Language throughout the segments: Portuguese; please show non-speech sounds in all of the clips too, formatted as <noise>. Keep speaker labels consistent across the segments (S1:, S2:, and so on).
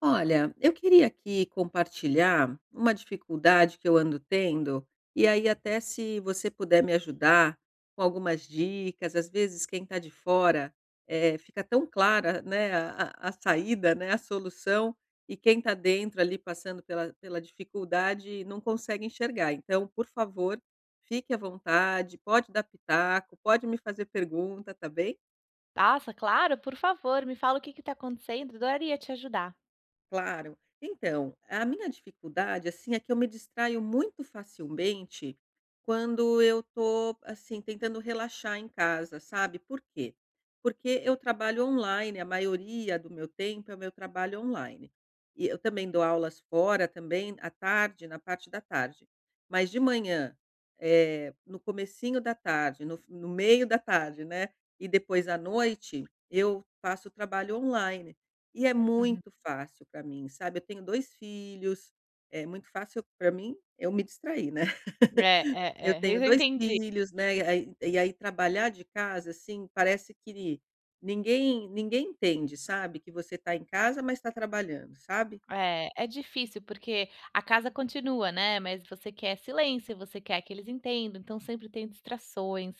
S1: Olha, eu queria aqui compartilhar uma dificuldade que eu ando tendo, e aí até se você puder me ajudar com algumas dicas. Às vezes quem está de fora, fica tão clara, né, a saída, né, a solução, e quem está dentro ali passando pela dificuldade não consegue enxergar. Então, por favor, fique à vontade, pode dar pitaco, pode me fazer pergunta, tá bem?
S2: Nossa, claro, por favor, me fala o que que tá acontecendo, adoraria te ajudar.
S1: Claro. Então, a minha dificuldade, assim, é que eu me distraio muito facilmente quando eu tô, assim, tentando relaxar em casa, sabe? Por quê? Porque eu trabalho online, a maioria do meu tempo é o meu trabalho online. E eu também dou aulas fora, também, à tarde, na parte da tarde. Mas de manhã, no comecinho da tarde, no meio da tarde, né? E depois à noite, eu faço trabalho online. E é
S2: Uhum.
S1: muito fácil para mim, sabe, eu tenho 2 filhos, é muito fácil para mim eu me distrair, né. <laughs>
S2: É,
S1: Eu
S2: é, é,
S1: tenho
S2: isso eu
S1: 2
S2: entendi.
S1: filhos, né, e aí trabalhar de casa, assim, parece que ninguém entende, sabe, que você está em casa, mas está trabalhando, sabe.
S2: É, é difícil porque a casa continua, né, mas você quer silêncio, você quer que eles entendam, então sempre tem distrações,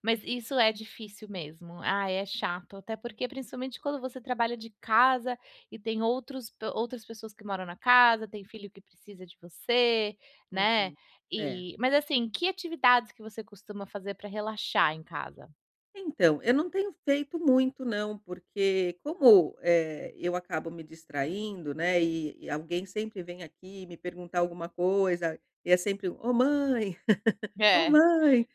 S2: mas isso é difícil mesmo. Ah, é chato, até porque principalmente quando você trabalha de casa e tem outros pe outras pessoas que moram na casa, tem filho que precisa de você, né,
S1: Uhum. É.
S2: e mas assim, que atividades que você costuma fazer para relaxar em casa?
S1: Então, eu não tenho feito muito não, porque como, eu acabo me distraindo, né, e alguém sempre vem aqui me perguntar alguma coisa, e é sempre: "Ô mãe, ô
S2: É,
S1: mãe".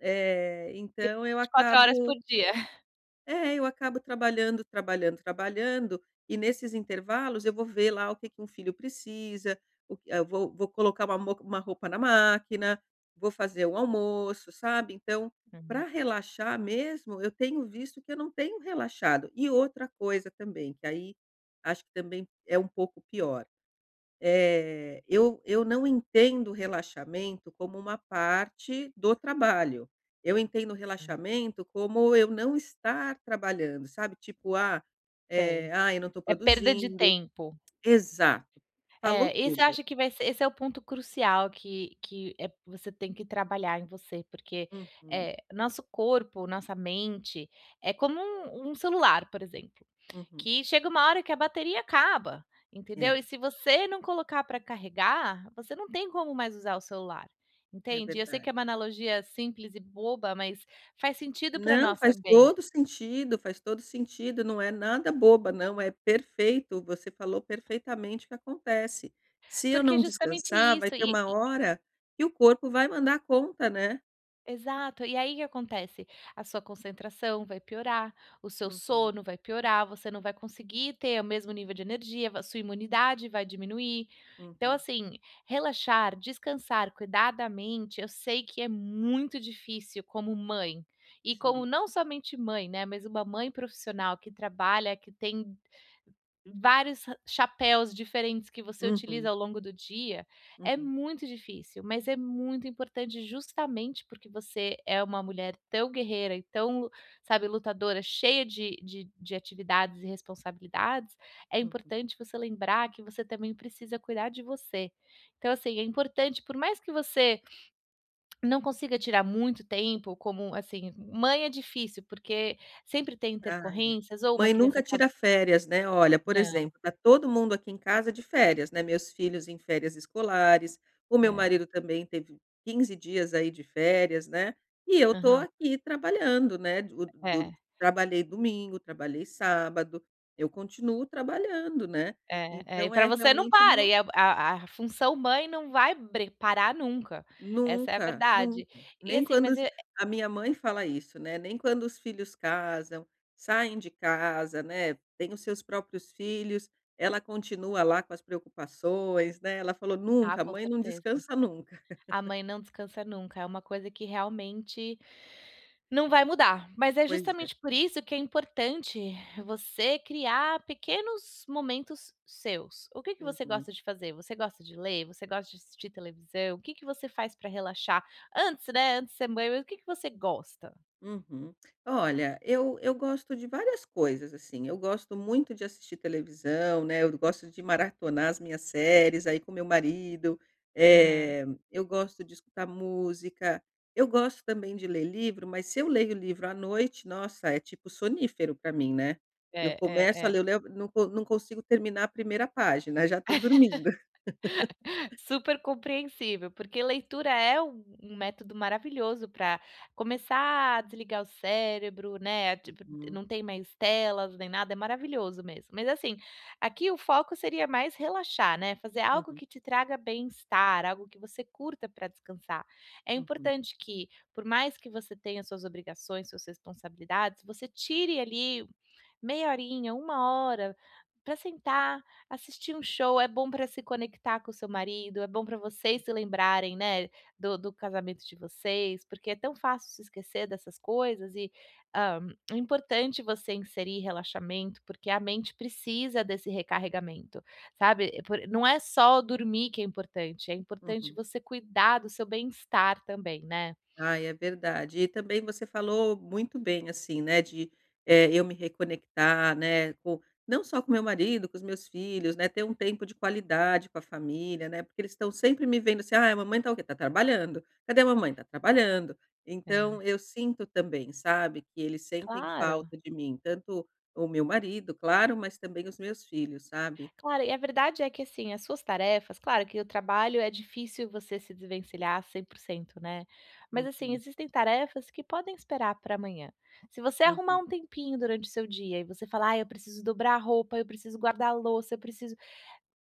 S1: É, então eu
S2: 24 horas por
S1: acabo
S2: dia.
S1: é, eu acabo trabalhando, trabalhando, trabalhando, e nesses intervalos eu vou ver lá o que que um filho precisa, o que eu vou colocar uma roupa na máquina, vou fazer o almoço, sabe. Então, para
S2: Uhum,
S1: relaxar mesmo, eu tenho visto que eu não tenho relaxado. E outra coisa também, que aí acho que também é um pouco pior. Eu não entendo o relaxamento como uma parte do trabalho. Eu entendo o relaxamento como eu não estar trabalhando, sabe, tipo, ah,
S2: sei.
S1: "Ah, eu não estou
S2: É perda de
S1: produzindo",
S2: tempo.
S1: exato, falou
S2: É, esse eu
S1: tudo.
S2: acho que vai ser esse é o ponto crucial que, você tem que trabalhar em você, porque,
S1: Uhum,
S2: nosso corpo, nossa mente, é como um celular, por exemplo,
S1: uhum.
S2: que chega uma hora que a bateria acaba, entendeu?
S1: É,
S2: E se você não colocar pra carregar, você não tem como mais usar o celular,
S1: é
S2: entende? Eu sei que
S1: verdade.
S2: é uma analogia simples e boba, mas faz sentido pra
S1: Não,
S2: nós também,
S1: faz todo sentido, não é nada boba não, é perfeito, você falou perfeitamente o que acontece. Se eu
S2: porque é
S1: não
S2: justamente
S1: descansar, vai
S2: isso
S1: ter
S2: e
S1: uma hora que o corpo vai mandar conta, né.
S2: exato. E aí o que acontece? A sua concentração vai piorar, o seu
S1: Uhum,
S2: sono vai piorar, você não vai conseguir ter o mesmo nível de energia, sua imunidade vai diminuir. Então,
S1: uhum,
S2: assim, relaxar, descansar, cuidar da mente, eu sei que é muito difícil como mãe. E como
S1: sim.
S2: não somente mãe, né? Mas uma mãe profissional que trabalha, que tem vários ra chapéus diferentes que você utiliza
S1: Uhum,
S2: ao longo do dia, é
S1: uhum,
S2: muito difícil, mas é muito importante justamente porque você é uma mulher tão guerreira e tão, sabe, lutadora, cheia de atividades e responsabilidades, é
S1: hum.
S2: importante você lembrar que você também precisa cuidar de você. Então, assim, é importante, por mais que você não consiga tirar muito tempo, como assim, mãe é difícil, porque sempre tem
S1: Ai, é.
S2: intercorrências ou uma
S1: Mãe
S2: criança
S1: nunca
S2: acaba
S1: tira férias, né. Olha, por
S2: não,
S1: exemplo, tá todo mundo aqui em casa de férias, né, meus filhos em férias escolares, o meu
S2: é,
S1: marido também teve 15 dias aí de férias, né, e eu tô
S2: aham,
S1: aqui trabalhando, né, do do
S2: é.
S1: trabalhei domingo, trabalhei sábado, eu continuo trabalhando, né.
S2: É, é, e
S1: Então
S2: para
S1: é
S2: você não
S1: realmente uma.
S2: para, e a função mãe não vai bre parar nunca, essa é a
S1: Nunca,
S2: verdade.
S1: nunca.
S2: E
S1: Nem
S2: assim,
S1: quando
S2: mas
S1: os
S2: e
S1: A minha mãe fala isso, né, nem quando os filhos casam, saem de casa, né, têm os seus próprios filhos, ela continua lá com as preocupações, né. Ela falou:
S2: ah,
S1: "Nunca, a
S2: com
S1: mãe não
S2: certeza.
S1: descansa nunca".
S2: A mãe não descansa nunca, é uma coisa que realmente não vai mudar. Mas é
S1: Pois é.
S2: justamente por isso que é importante você criar pequenos momentos seus. O que que você
S1: Uhum.
S2: gosta de fazer? Você gosta de ler? Você gosta de assistir televisão? O que que você faz para relaxar? Antes, né, antes de ser mãe, mas o que que você gosta?
S1: Uhum. Olha, eu gosto de várias coisas, assim, eu gosto muito de assistir televisão, né, eu gosto de maratonar as minhas séries aí com meu marido,
S2: Aham.
S1: eh, eu gosto de escutar música, eu gosto também de ler livro, mas se eu leio livro à noite, nossa, é tipo sonífero para mim, né. Eu
S2: É, é,
S1: começo a
S2: é.
S1: ler, eu levo não co não consigo terminar a primeira página, <laughs> já estou dormindo.
S2: Super compreensível, porque leitura é um método maravilhoso para começar a desligar o cérebro, né, tipo,
S1: Uhum,
S2: não tem mais telas nem nada, é maravilhoso mesmo. Mas assim, aqui o foco seria mais relaxar, né, fazer algo
S1: uhum,
S2: que te traga bem-estar, algo que você curta para descansar. É
S1: uhum,
S2: importante que, por mais que você tenha suas obrigações, suas responsabilidades, você tire ali meia horinha, uma hora, para sentar, assistir um show, é bom para se conectar com o seu marido, é bom para vocês se lembrarem, né, do casamento de vocês, porque é tão fácil se esquecer dessas coisas e, hã, é importante você inserir relaxamento, porque a mente precisa desse recarregamento, sabe. É por não é só dormir que é importante
S1: uhum.
S2: você cuidar do seu bem-estar também, né.
S1: Ai, é verdade. E também você falou muito bem, assim, né, de, eu me reconectar, né, com não só com meu marido, com os meus filhos, né, ter um tempo de qualidade com a família, né, porque eles estão sempre me vendo assim: "Ah, a mamãe tá o quê? Tá trabalhando. Cadê a mamãe? Tá trabalhando".
S2: É.
S1: Então eu sinto também, sabe, que eles sentem
S2: Claro.
S1: falta de mim, tanto o meu marido, claro, mas também os meus filhos, sabe.
S2: Claro, e a verdade é que, assim, as suas tarefas claro que o trabalho é difícil você se desvencilhar 100%, né, mas, assim,
S1: Uhum,
S2: existem tarefas que podem esperar para amanhã. Se você arrumar
S1: uhum.
S2: um tempinho durante o seu dia e você falar: "Ai, eu preciso dobrar a roupa, eu preciso guardar a louça, eu preciso",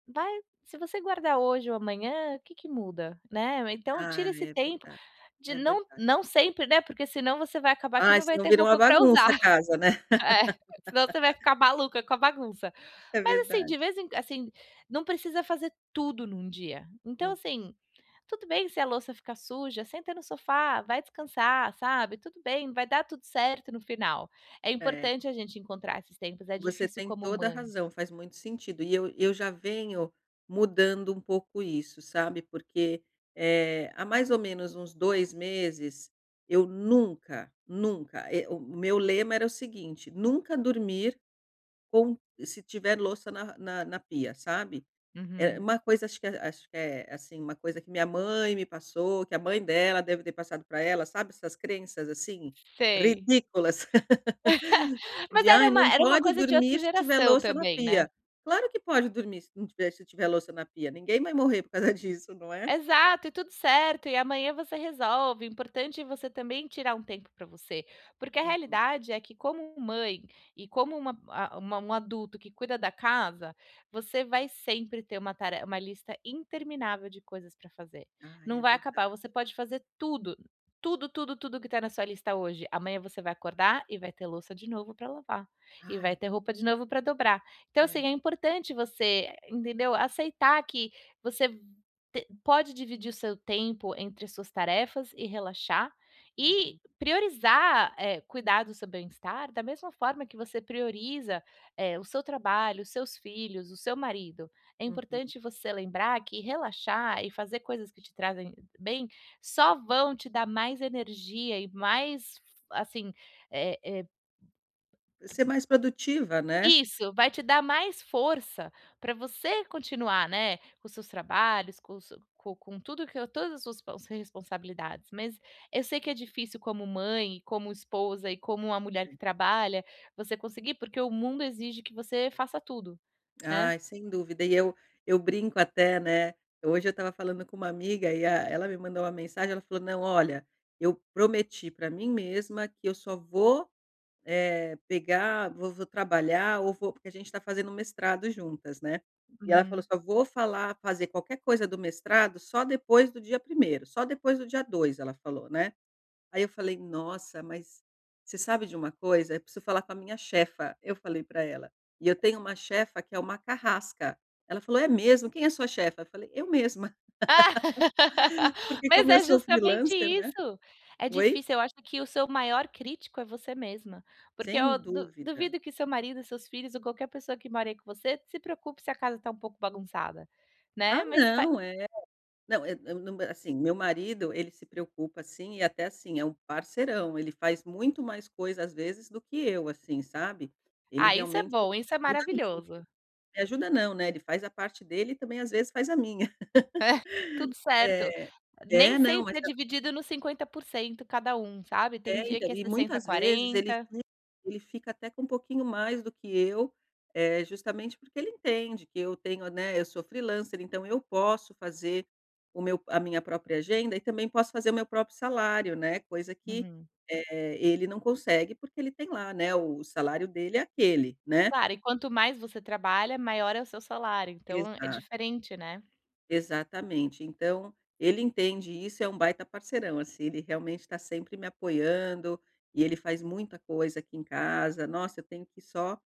S2: vai se você guardar hoje ou amanhã, o que que muda, né. Então
S1: Ah,
S2: tira esse
S1: é
S2: tempo
S1: verdade,
S2: de
S1: é
S2: não
S1: verdade.
S2: não sempre, né, porque senão você vai acabar que
S1: Ai,
S2: não vai
S1: senão
S2: ter
S1: vira uma
S2: roupa para
S1: bagunça a
S2: usar.
S1: casa, né. <laughs>
S2: É, senão você vai ficar maluca com a bagunça.
S1: É
S2: Mas, assim, de
S1: verdade.
S2: vez em assim, não precisa fazer tudo num dia. Então,
S1: Hum,
S2: assim, tudo bem se a louça ficar suja, senta no sofá, vai descansar, sabe, tudo bem, vai dar tudo certo no final. É
S1: é,
S2: importante a gente encontrar esses tempos, é
S1: você
S2: difícil
S1: tem
S2: como
S1: toda a
S2: mãe.
S1: razão, faz muito sentido. E eu já venho mudando um pouco isso, sabe, porque, há mais ou menos uns 2 meses, eu nunca, nunca, o meu lema era o seguinte: "Nunca dormir com, se tiver louça na pia", sabe. É
S2: Uhum,
S1: uma coisa, acho que é, assim, uma coisa que minha mãe me passou, que a mãe dela deve ter passado para ela, sabe, essas crenças, assim,
S2: sei.
S1: ridículas.
S2: Mas
S1: De:
S2: era
S1: "Ai,
S2: uma
S1: não
S2: era uma
S1: pode
S2: coisa de outra
S1: dormir se tiver
S2: geração
S1: louça na
S2: também, né.
S1: pia". Claro que pode dormir, se não tiver, se tiver louça na pia, ninguém vai morrer por causa <laughs> disso, não é?
S2: Exato, e tudo certo, e amanhã você resolve. O importante é você também tirar um tempo para você, porque a
S1: Uhum.
S2: realidade é que como mãe e como uma a uma um adulto que cuida da casa, você vai sempre ter uma lista interminável de coisas para fazer.
S1: Ai,
S2: Não
S1: é
S2: vai acabar,
S1: verdade.
S2: você pode fazer tudo, tudo, tudo, tudo que está na sua lista hoje. Amanhã você vai acordar e vai ter louça de novo para lavar, e vai
S1: Ai,
S2: ter roupa de novo para dobrar. Então assim,
S1: é.
S2: é importante você, entendeu, aceitar que você te pode dividir o seu tempo entre suas tarefas e relaxar, e
S1: Uhum,
S2: priorizar, cuidar do seu bem-estar da mesma forma que você prioriza, o seu trabalho, os seus filhos, o seu marido. É
S1: uhum.
S2: importante você lembrar que relaxar e fazer coisas que te trazem bem só vão te dar mais energia e mais, assim, eh eh,
S1: Ser mais produtiva, né?
S2: isso, vai te dar mais força para você continuar, né, com seus trabalhos, com o co com tudo que todas as suas pons responsabilidades, mas eu sei que é difícil como mãe, como esposa e como uma mulher que trabalha, você conseguir, porque o mundo exige que você faça tudo, né.
S1: Ai, sem dúvida. E eu brinco até, né, hoje eu estava falando com uma amiga e a ela me mandou uma mensagem. Ela falou: "Não, olha, eu prometi para mim mesma que eu só vou, pegar, vou trabalhar, ou vou, porque a gente está fazendo mestrado juntas, né". E ela falou:
S2: Uhum.
S1: "Só vou falar fazer qualquer coisa do mestrado só depois do dia 1º, só depois do dia 2", ela falou, né. Aí eu falei: "Nossa, mas você sabe de uma coisa? Eu preciso falar com a minha chefa", eu falei para ela. "E eu tenho uma chefa que é uma carrasca". Ela falou: "É mesmo? Quem é sua chefa?" Eu falei: "Eu mesma",
S2: Ah,
S1: <laughs>
S2: <laughs>
S1: "porque
S2: mas
S1: como eu
S2: é
S1: sou
S2: justamente
S1: freelancer, né".
S2: isso. É
S1: Oi?
S2: difícil, eu acho que o seu maior crítico é você mesma, porque
S1: Sem
S2: eu du
S1: dúvida.
S2: duvido que seu marido, seus filhos ou qualquer pessoa que mora aí com você se preocupe se a casa tá um pouco bagunçada, né,
S1: Ah,
S2: mas fa
S1: não, é. Não, eu não, assim, meu marido, ele se preocupa, assim, e até, assim, é um parceirão, ele faz muito mais coisa, às vezes, do que eu, assim, sabe. Ele
S2: ah, isso é
S1: realmente me
S2: bom, isso é
S1: ajuda muito.
S2: maravilhoso.
S1: Me ajuda não, né, ele faz a parte dele e também, às vezes, faz a minha.
S2: Tudo
S1: <laughs>
S2: certo.
S1: É.
S2: Nem
S1: É, não, mas
S2: sempre é dividido no 50% cada um, sabe, tem
S1: é,
S2: dia
S1: então,
S2: que é
S1: e
S2: 60
S1: muitas vezes ele
S2: 40.
S1: fica ele fica até com um pouquinho mais do que eu, justamente porque ele entende que eu tenho, né, eu sou freelancer, então eu posso fazer o meu a minha própria agenda e também posso fazer o meu próprio salário, né, coisa que,
S2: Uhum.
S1: ele não consegue, porque ele tem lá, né, o salário dele é aquele, né.
S2: Claro, e quanto mais você trabalha, maior é o seu salário, então é
S1: Exato.
S2: diferente, né.
S1: Exatamente. Então, ele entende isso, é um baita parceirão, assim, ele realmente está sempre me apoiando, e ele faz muita coisa aqui em casa. Nossa, eu tenho que só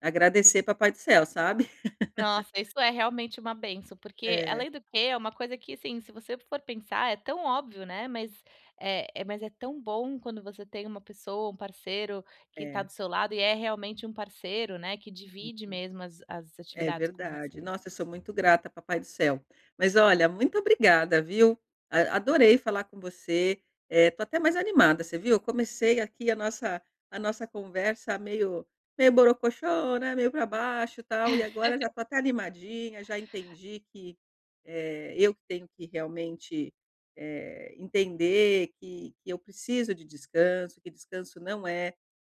S1: agradecer papai do céu, sabe? <laughs>
S2: Nossa, isso é realmente uma bênção, porque
S1: É,
S2: além do que é uma coisa que, assim, se você for pensar é tão óbvio, né, mas mas é tão bom quando você tem uma pessoa, um parceiro que está
S1: é.
S2: do seu lado e é realmente um parceiro, né, que divide mesmo as
S1: É
S2: atividades com
S1: verdade.
S2: você.
S1: Nossa, eu sou muito grata, papai do céu. Mas olha, muito obrigada, viu? A adorei falar com você, tô até mais animada, você viu? Eu comecei aqui a nossa conversa meio borocochô, né, meio para baixo, e tal, e agora já tô até animadinha, já entendi que, eu que tenho que realmente, entender que eu preciso de descanso, que descanso não é,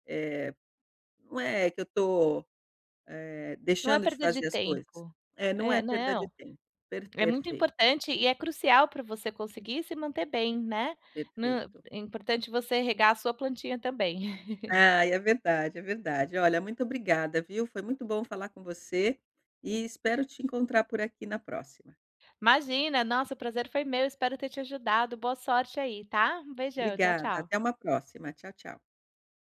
S1: eh, não é que eu tô,
S2: Não é
S1: deixando de
S2: perda de
S1: fazer as coisas.
S2: tempo.
S1: É, não é
S2: É,
S1: perda de
S2: não,
S1: tempo. Per
S2: é muito
S1: perfeito,
S2: importante e é crucial para você conseguir se manter bem, né. Nã
S1: perfeito.
S2: É importante você regar a sua plantinha também.
S1: Ah, é verdade, é verdade. Olha, muito obrigada, viu. Foi muito bom falar com você e espero te encontrar por aqui na próxima.
S2: Imagina, nossa, o prazer foi meu, espero ter te ajudado. Boa sorte aí, tá? Um beijão, tchau,
S1: Obrigada,
S2: tchau.
S1: até uma próxima. Tchau, tchau.